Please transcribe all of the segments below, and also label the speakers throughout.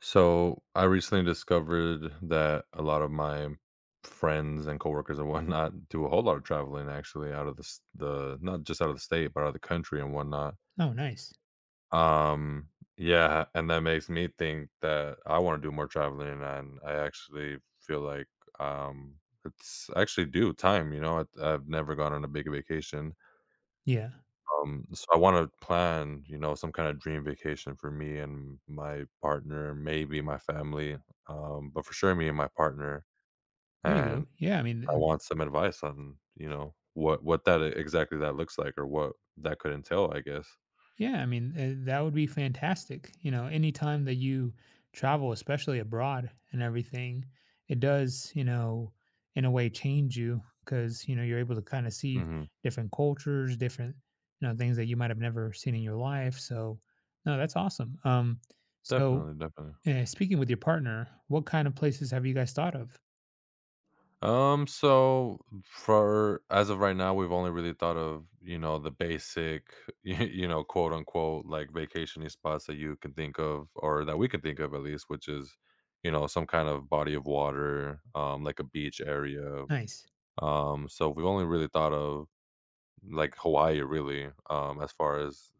Speaker 1: So I recently discovered that a lot of my friends and coworkers and whatnot do a whole lot of traveling actually out of the not just out of the state but out of the country and whatnot.
Speaker 2: Oh, nice.
Speaker 1: Um, yeah, and that makes me think that I want to do more traveling, and I actually feel like um, it's I actually do time. I've never gone on a big vacation.
Speaker 2: Yeah.
Speaker 1: So I want to plan, some kind of dream vacation for me and my partner, maybe my family, but for sure me and my partner.
Speaker 2: There you
Speaker 1: And
Speaker 2: go. Yeah.
Speaker 1: I want some advice on, what that exactly that looks like or what that could entail, I guess.
Speaker 2: Yeah. I mean, that would be fantastic. You know, anytime that you travel, especially abroad and everything, it does, you know, in a way change you because, you know, you're able to kind of see
Speaker 1: hmm
Speaker 2: different cultures, different, you know, things that you might have never seen in your life. So, no, that's awesome. So,
Speaker 1: Definitely, definitely.
Speaker 2: Speaking with your partner, what kind of places have you guys thought of?
Speaker 1: So for as of right now, we've only really thought of, you know, the basic, you know, quote unquote, like vacationing spots that you can think of or that we can think of at least, which is, some kind of body of water, like a beach area.
Speaker 2: Nice.
Speaker 1: So we've only really thought of like Hawaii really, as far as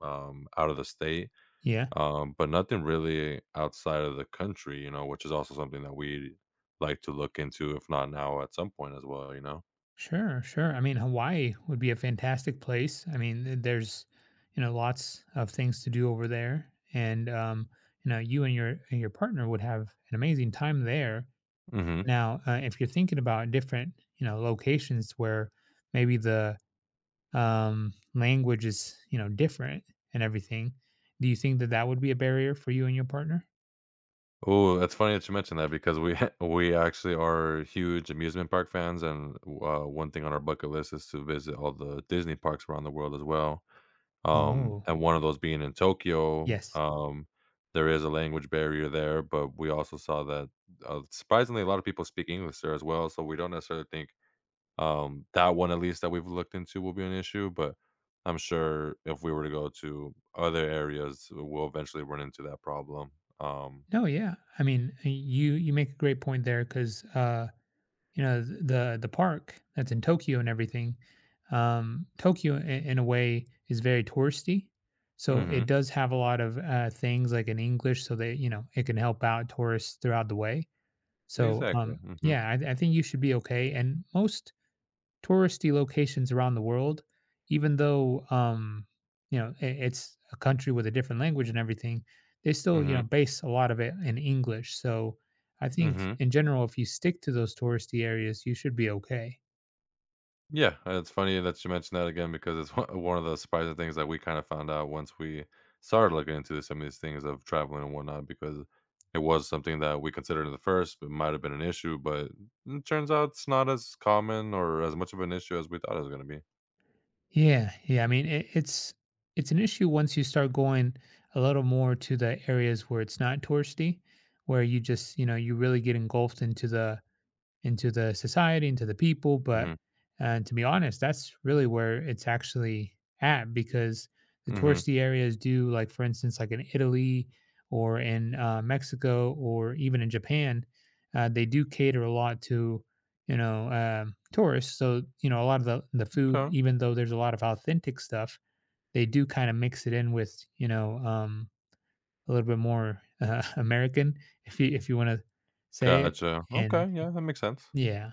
Speaker 1: out of the state,
Speaker 2: Yeah.
Speaker 1: but nothing really outside of the country, you know, which is also something that we like to look into, if not now, at some point as well, you know.
Speaker 2: Sure, sure. I mean, Hawaii would be a fantastic place. I mean, there's, you know, lots of things to do over there, and you know, you and your partner would have an amazing time there.
Speaker 1: hmm
Speaker 2: Now, if you're thinking about different, you know, locations where maybe the language is, you know, different and everything, do you think that that would be a barrier for you and your partner?
Speaker 1: Oh, that's funny that you mentioned that because we we actually are huge amusement park fans, and one thing on our bucket list is to visit all the Disney parks around the world as well. Um,
Speaker 2: Oh,
Speaker 1: and one of those being in Tokyo.
Speaker 2: yes.
Speaker 1: There is a language barrier there, but we also saw that surprisingly a lot of people speak English there as well. So we don't necessarily think that one at least that we've looked into will be an issue, but I'm sure if we were to go to other areas, we'll eventually run into that problem. Um,
Speaker 2: No, yeah. I mean, you make a great point there because you know, the park that's in Tokyo and everything. Tokyo, in a way, is very touristy, so it
Speaker 1: mhm,
Speaker 2: does have a lot of things like in English, so that you know it can help out tourists throughout the way. So,
Speaker 1: exactly. Mhm,
Speaker 2: yeah, I think you should be okay. And most touristy locations around the world, even though you know I it's a country with a different language and everything, they still you
Speaker 1: mhm,
Speaker 2: know base a lot of it in English. So I think
Speaker 1: mhm.
Speaker 2: in general, if you stick to those touristy areas, you should be okay.
Speaker 1: Yeah, and it's funny that you mentioned that again because it's one of the surprising things that we kind of found out once we started looking into some of these things of traveling and whatnot because it was something that we considered at the first. It might have been an issue, but it turns out it's not as common or as much of an issue as we thought it was going to be.
Speaker 2: Yeah, yeah. I mean, it's an issue once you start going a little more to the areas where it's not touristy, where you just you know you really get engulfed into the society, into the people. But
Speaker 1: hmm
Speaker 2: to be honest, that's really where it's actually at because the
Speaker 1: hmm
Speaker 2: touristy areas do, like for instance, like in Italy or in Mexico or even in Japan, they do cater a lot to you know tourists. So you know a lot of the food,
Speaker 1: Okay.
Speaker 2: even though there's a lot of authentic stuff, they do kind of mix it in with you know a little bit more American, if you want to say it.
Speaker 1: Gotcha.
Speaker 2: And
Speaker 1: Okay, yeah, that makes sense.
Speaker 2: yeah.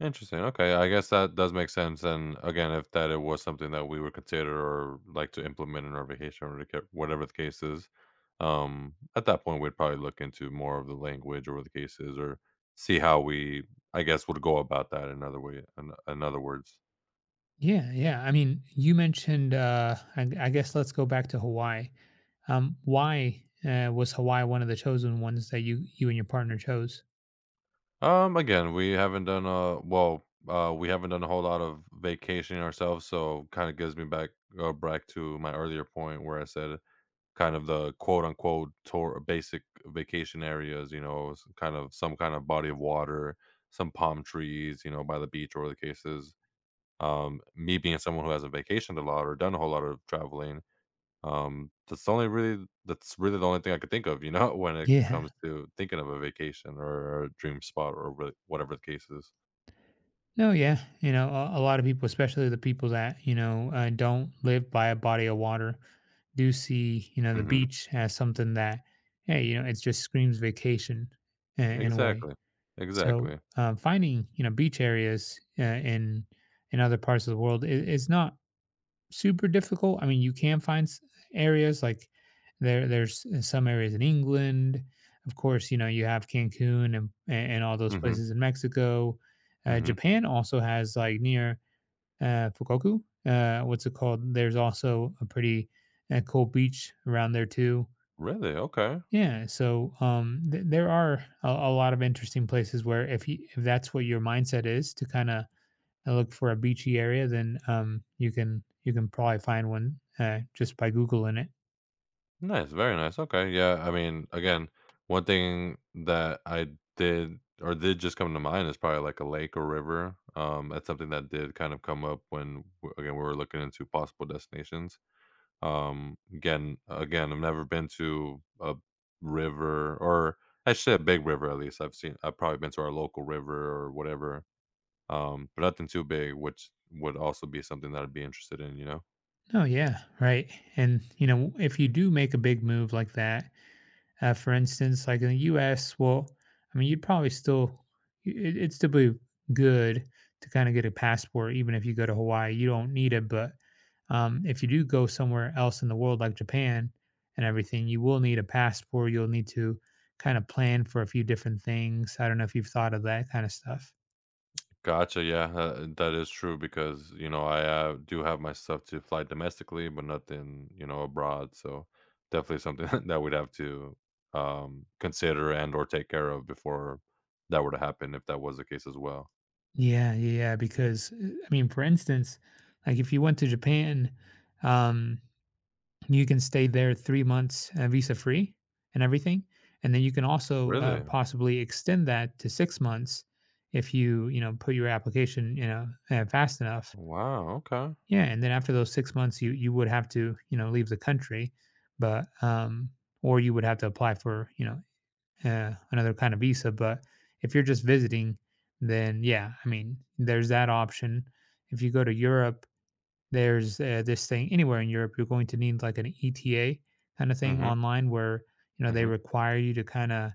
Speaker 1: Interesting. Okay, I guess that does make sense. And again, if that it was something that we would consider or like to implement in our vacation or to whatever the case is, at that point we'd probably look into more of the language or the cases or see how we, I guess, would go about that. In other words,
Speaker 2: Yeah, yeah. I mean, you mentioned. I guess let's go back to Hawaii. Why was Hawaii one of the chosen ones that you and your partner chose?
Speaker 1: again, we haven't done a we haven't done a whole lot of vacationing ourselves, so kind of gives me back back to my earlier point where I said kind of the quote unquote tour basic vacation areas, you know, s kind of some kind of body of water, some palm trees, you know, by the beach or the cases. Me being someone who hasn't vacationed a lot or done a whole lot of traveling, that's only really that's really the only thing I could think of, you know, when it
Speaker 2: Yeah.
Speaker 1: comes to thinking of a vacation or a dream spot or whatever the case is.
Speaker 2: No, yeah. You know, a lot of people, especially the people that you know don't live by a body of water, do see you know the
Speaker 1: Mhm.
Speaker 2: beach as something that hey, you know, it just screams vacation in a way.
Speaker 1: Exactly.
Speaker 2: So
Speaker 1: Exactly.
Speaker 2: finding you know beach areas in other parts of the world is not super difficult. I mean, you can find areas like there. There's some areas in England, of course. You know, you have Cancun and all those
Speaker 1: Mhm.
Speaker 2: places in Mexico.
Speaker 1: Mhm.
Speaker 2: Japan also has like near Fukoku. What's it called? There's also a pretty cool beach around there too.
Speaker 1: Really? Okay.
Speaker 2: Yeah, so there are a lot of interesting places where if that's what your mindset is to kind of and look for a beachy area, then you can probably find one just by googling it.
Speaker 1: Nice, very nice. Okay, yeah. I mean, again, one thing that I did just come to mind is probably like a lake or river. That's something that did kind of come up when again we were looking into possible destinations. Again, I've never been to a river or I should say a big river at least. I've probably been to our local river or whatever. But nothing too big, which would also be something that I'd be interested in, you know.
Speaker 2: Oh yeah, right. And you know, if you do make a big move like that, for instance, like in the U.S., well, I mean, you'd probably still it'd still be good to kind of get a passport, even if you go to Hawaii. You don't need it, but if you do go somewhere else in the world, like Japan and everything, you will need a passport. You'll need to kind of plan for a few different things. I don't know if you've thought of that kind of stuff.
Speaker 1: Gotcha. Yeah, that is true because you know I do have my stuff to fly domestically, but nothing you know abroad. So definitely something that we'd have to consider and or take care of before that were to happen, if that was the case as well.
Speaker 2: Yeah, yeah, yeah, because, I mean, for instance, like if you went to Japan, um, you can stay there 3 months, visa-free and everything, and then you can also,
Speaker 1: Really?
Speaker 2: possibly extend that to 6 months if you, you know, put your application, you know, fast enough.
Speaker 1: Wow. Okay.
Speaker 2: Yeah, and then after those 6 months, you would have to, you know, leave the country, but, um or you would have to apply for, you know, another kind of visa. But if you're just visiting, then yeah, I mean, there's that option. If you go to Europe, there's this thing anywhere in Europe, you're going to need like an ETA kind of thing
Speaker 1: Mm-hmm.
Speaker 2: online where, you know, they
Speaker 1: Mm-hmm.
Speaker 2: require you to kind of,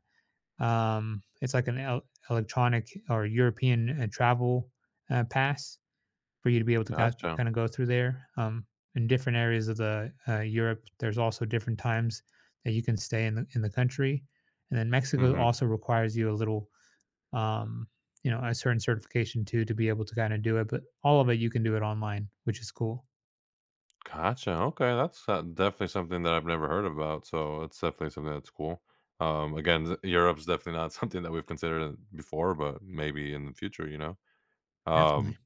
Speaker 2: it's like an electronic or European travel pass for you to be able to
Speaker 1: Gotcha.
Speaker 2: kind of go through there. In different areas of the Europe, there's also different times that you can stay in the country, and then Mexico
Speaker 1: Mm-hmm.
Speaker 2: also requires you a little, um, you know, a certain certification too to be able to kind of do it. But all of it, you can do it online, which is cool.
Speaker 1: Gotcha. Okay, that's definitely something that I've never heard about. So it's definitely something that's cool. Again, Europe's definitely not something that we've considered before, but maybe in the future, you know. Um,
Speaker 2: Definitely.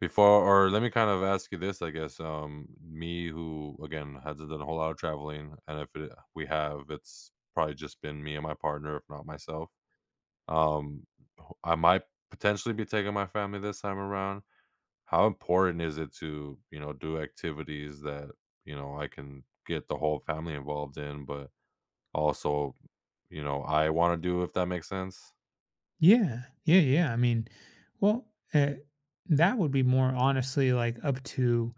Speaker 1: before or Let me kind of ask you this, I guess. Me who again hasn't done a whole lot of traveling, and if it, we have, it's probably just been me and my partner, if not myself. Um, I might potentially be taking my family this time around. How important is it to you know do activities that you know I can get the whole family involved in, but also you know I want to do if that makes sense.
Speaker 2: Yeah, yeah, yeah. I mean, well, uh, that would be more honestly like up to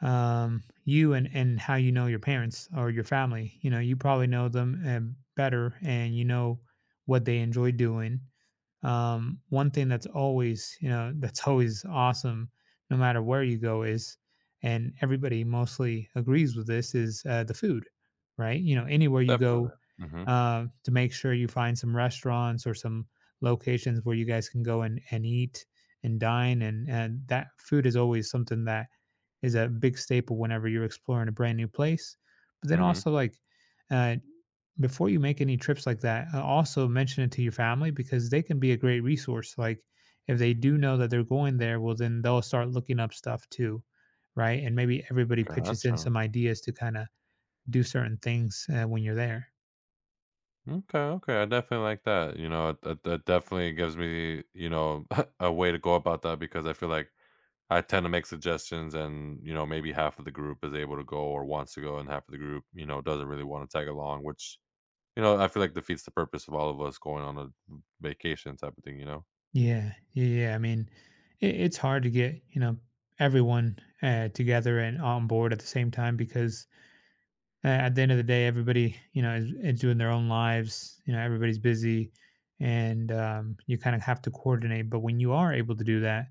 Speaker 2: you and how you know your parents or your family. You know, you probably know them better, and you know what they enjoy doing. One thing that's always, you know, that's always awesome, no matter where you go, is, and everybody mostly agrees with this, is the food, right? You know, anywhere you go,
Speaker 1: Definitely. Mm-hmm.
Speaker 2: to make sure you find some restaurants or some locations where you guys can go and eat and dine, and that food is always something that is a big staple whenever you're exploring a brand new place. But then
Speaker 1: Mm-hmm.
Speaker 2: also like uh, before you make any trips like that, also mention it to your family because they can be a great resource. Like if they do know that they're going there, well then they'll start looking up stuff too, right? And maybe everybody pitches in
Speaker 1: Gotcha.
Speaker 2: some ideas to kind of do certain things when you're there.
Speaker 1: Okay, okay. I definitely like that. You know, that definitely gives me, you know, a way to go about that because I feel like I tend to make suggestions and, you know, maybe half of the group is able to go or wants to go and half of the group, you know, doesn't really want to tag along, which, you know, I feel like defeats the purpose of all of us going on a vacation type of thing, you know?
Speaker 2: Yeah, yeah. yeah. I mean, it's hard to get you know everyone together and on board at the same time because at the end of the day, everybody, you know, is doing their own lives. You know, everybody's busy and you kind of have to coordinate. But when you are able to do that,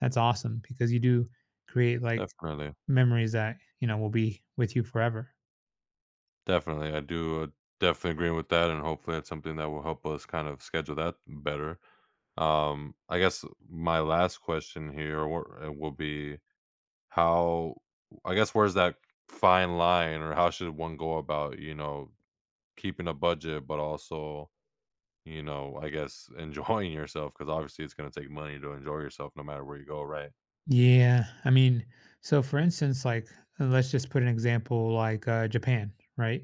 Speaker 2: that's awesome because you do create like
Speaker 1: Definitely.
Speaker 2: memories that, you know, will be with you forever.
Speaker 1: Definitely. I do definitely agree with that. And hopefully it's something that will help us kind of schedule that better. I guess my last question here will be, how, I guess, where's that fine line or how should one go about, you know, keeping a budget, but also, you know, I guess enjoying yourself because obviously it's gonna take money to enjoy yourself no matter where you go, right?
Speaker 2: Yeah. I mean, so for instance, like, let's just put an example like Japan, right?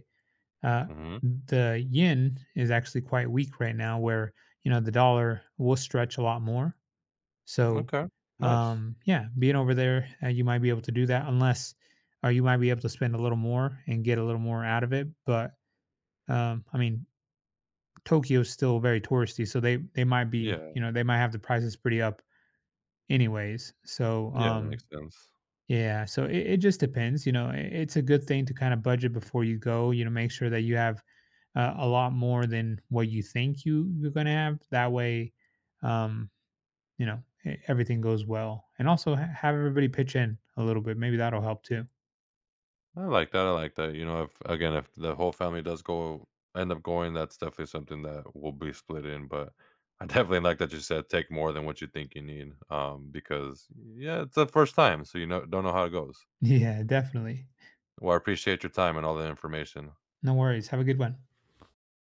Speaker 2: Uh,
Speaker 1: Mhm.
Speaker 2: the yen is actually quite weak right now, where, you know, the dollar will stretch a lot more. So,
Speaker 1: Okay. Nice.
Speaker 2: yeah, being over there, you might be able to do that unless, or you might be able to spend a little more and get a little more out of it. But I mean, Tokyo's still very touristy, so they might be,
Speaker 1: Yeah.
Speaker 2: you know, they might have the prices pretty up, anyways. So,
Speaker 1: Yeah, that makes sense.
Speaker 2: yeah, so it just depends. You know, it's a good thing to kind of budget before you go. You know, make sure that you have a lot more than what you think you're gonna have. That way, um, you know, everything goes well. And also have everybody pitch in a little bit. Maybe that'll help too.
Speaker 1: I like that. I like that. You know, if again, if the whole family does go end up going, that's definitely something that will be split in. But I definitely like that you said take more than what you think you need. Because yeah, it's the first time, so you know don't know how it goes.
Speaker 2: Yeah, definitely.
Speaker 1: Well, I appreciate your time and all the information.
Speaker 2: No worries. Have a good one.